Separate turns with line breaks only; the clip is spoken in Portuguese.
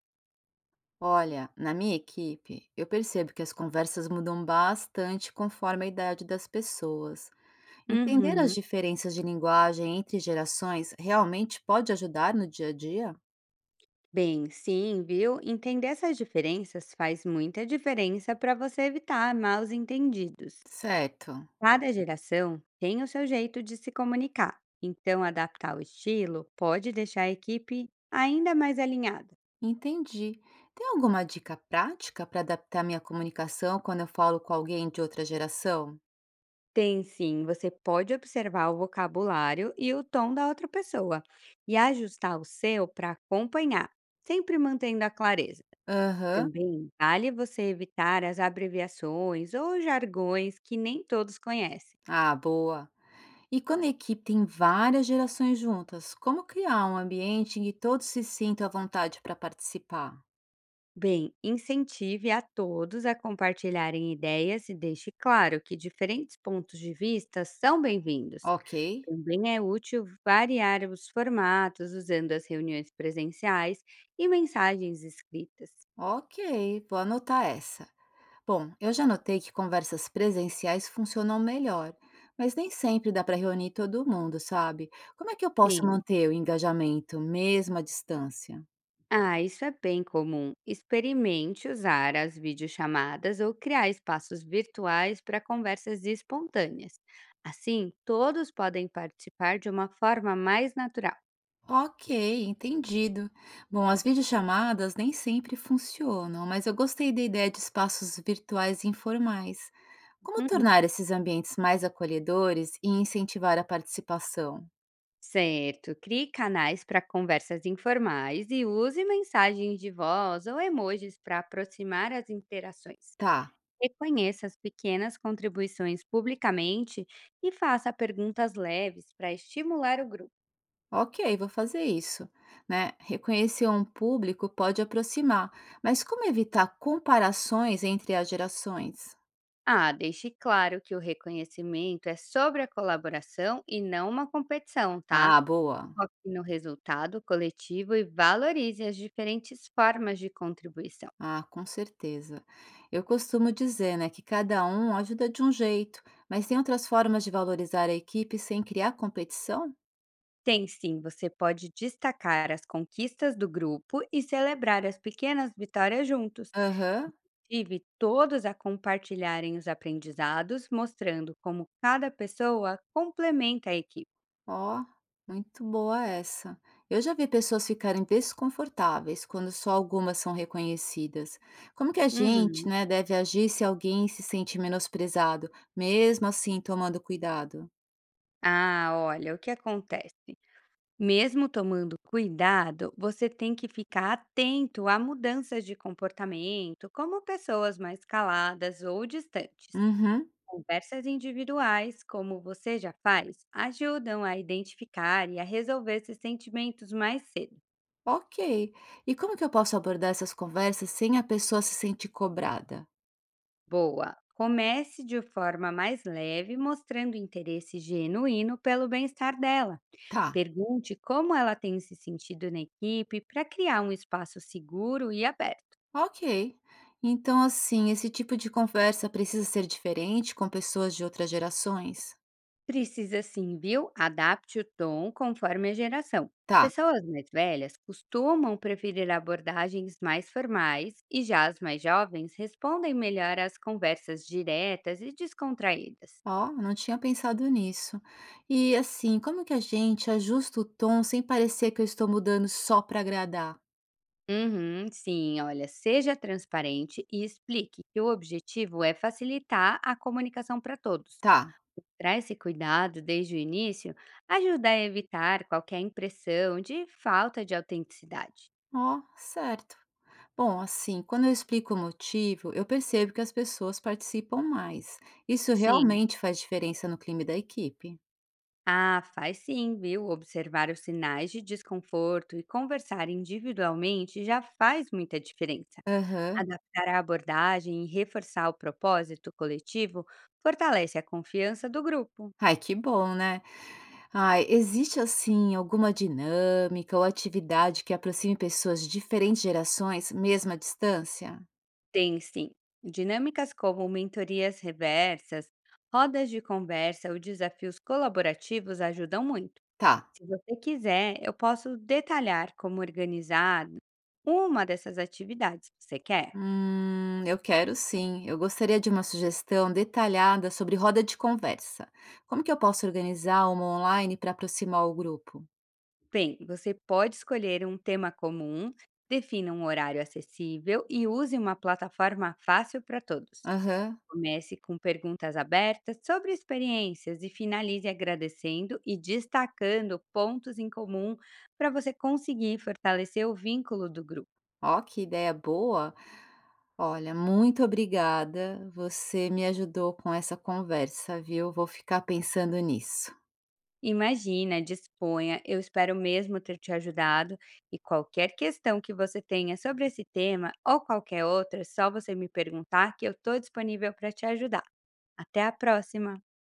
Olha, na minha equipe, eu percebo que as conversas mudam bastante conforme a idade das pessoas. Entender as
Uhum.
diferenças de linguagem entre gerações realmente pode ajudar no dia a dia?
Bem, sim, viu? Entender essas diferenças faz muita diferença para você evitar maus entendidos.
Certo,
Cada geração tem o seu jeito de se comunicar, então adaptar o estilo pode deixar a equipe ainda mais alinhada.
entendi. Tem alguma dica prática para adaptar minha comunicação quando eu falo com alguém de outra geração?
Tem sim, você pode observar o vocabulário e o tom da outra pessoa e ajustar o seu para acompanhar, sempre mantendo a clareza.
Aham,
Também vale você evitar as abreviações ou jargões que nem todos conhecem.
ah, boa. E quando a equipe tem várias gerações juntas, como criar um ambiente em que todos se sintam à vontade para participar?
Bem, incentive a todos a compartilharem ideias e deixe claro que diferentes pontos de vista são bem-vindos.
Ok.
Também é útil variar os formatos usando as reuniões presenciais e mensagens escritas.
Ok, vou anotar essa. Bom, eu já notei que conversas presenciais funcionam melhor, mas nem sempre dá para reunir todo mundo, sabe? Como é que eu posso
Sim.
manter o engajamento, mesmo à distância?
Isso é bem comum. Experimente usar as videochamadas ou criar espaços virtuais para conversas espontâneas. Assim, todos podem participar de uma forma mais natural.
Ok, entendido. Bom, as videochamadas nem sempre funcionam, mas eu gostei da ideia de espaços virtuais informais. Como
Uhum.
tornar esses ambientes mais acolhedores e incentivar a participação?
Certo, crie canais para conversas informais e use mensagens de voz ou emojis para aproximar as interações.
Tá.
Reconheça as pequenas contribuições publicamente e faça perguntas leves para estimular o grupo.
Ok, vou fazer isso, né? Reconhecer um público pode aproximar, mas como evitar comparações entre as gerações?
Deixe claro que o reconhecimento é sobre a colaboração e não uma competição, tá?
Ah, boa.
Foque no resultado coletivo e valorize as diferentes formas de contribuição.
Ah, com certeza. Eu costumo dizer, né, que cada um ajuda de um jeito, mas tem outras formas de valorizar a equipe sem criar competição?
Tem sim, você pode destacar as conquistas do grupo e celebrar as pequenas vitórias juntos.
Aham.
Tive todos a compartilharem os aprendizados, mostrando como cada pessoa complementa a equipe.
Ó, muito boa essa. Eu já vi pessoas ficarem desconfortáveis quando só algumas são reconhecidas. Como que a gente,
Uhum.
né, deve agir se alguém se sente menosprezado, mesmo assim tomando cuidado?
Olha, o que acontece? Mesmo tomando cuidado, você tem que ficar atento a mudanças de comportamento, como pessoas mais caladas ou distantes.
Uhum,
Conversas individuais, como você já faz, ajudam a identificar e a resolver esses sentimentos mais cedo.
ok. E como que eu posso abordar essas conversas sem a pessoa se sentir cobrada?
Boa! Comece de forma mais leve, mostrando interesse genuíno pelo bem-estar dela.
Tá,
Pergunte como ela tem se sentido na equipe para criar um espaço seguro e aberto.
ok. Então, assim, esse tipo de conversa precisa ser diferente com pessoas de outras gerações?
Precisa sim, viu? Adapte o tom conforme a geração.
Tá.
Pessoas mais velhas costumam preferir abordagens mais formais e já as mais jovens respondem melhor às conversas diretas e descontraídas.
Ó, não tinha pensado nisso. E assim, como que a gente ajusta o tom sem parecer que eu estou mudando só para agradar?
Uhum, sim, olha, seja transparente e explique que o objetivo é facilitar a comunicação para todos.
Tá.
Traz esse cuidado desde o início ajuda a evitar qualquer impressão de falta de autenticidade.
Ó, certo. Bom, assim, quando eu explico o motivo, eu percebo que as pessoas participam mais. Isso
Sim.
realmente faz diferença no clima da equipe.
Faz sim, viu? Observar os sinais de desconforto e conversar individualmente já faz muita diferença.
Aham.
Adaptar a abordagem e reforçar o propósito coletivo fortalece a confiança do grupo.
Ai, que bom, né? Ai, existe assim alguma dinâmica ou atividade que aproxime pessoas de diferentes gerações, mesmo à distância?
Tem sim. Dinâmicas como mentorias reversas, rodas de conversa ou desafios colaborativos ajudam muito.
Tá.
Se você quiser, eu posso detalhar como organizar uma dessas atividades. Você quer?
Eu quero sim. Eu gostaria de uma sugestão detalhada sobre roda de conversa. Como que eu posso organizar uma online para aproximar o grupo?
Bem, você pode escolher um tema comum, defina um horário acessível e use uma plataforma fácil para todos.
Aham.
Comece com perguntas abertas sobre experiências e finalize agradecendo e destacando pontos em comum para você conseguir fortalecer o vínculo do grupo.
Ó, que ideia boa. Olha, muito obrigada. Você me ajudou com essa conversa, viu? Vou ficar pensando nisso.
Imagina, disponha, eu espero mesmo ter te ajudado e qualquer questão que você tenha sobre esse tema ou qualquer outra, é só você me perguntar que eu estou disponível para te ajudar. Até a próxima.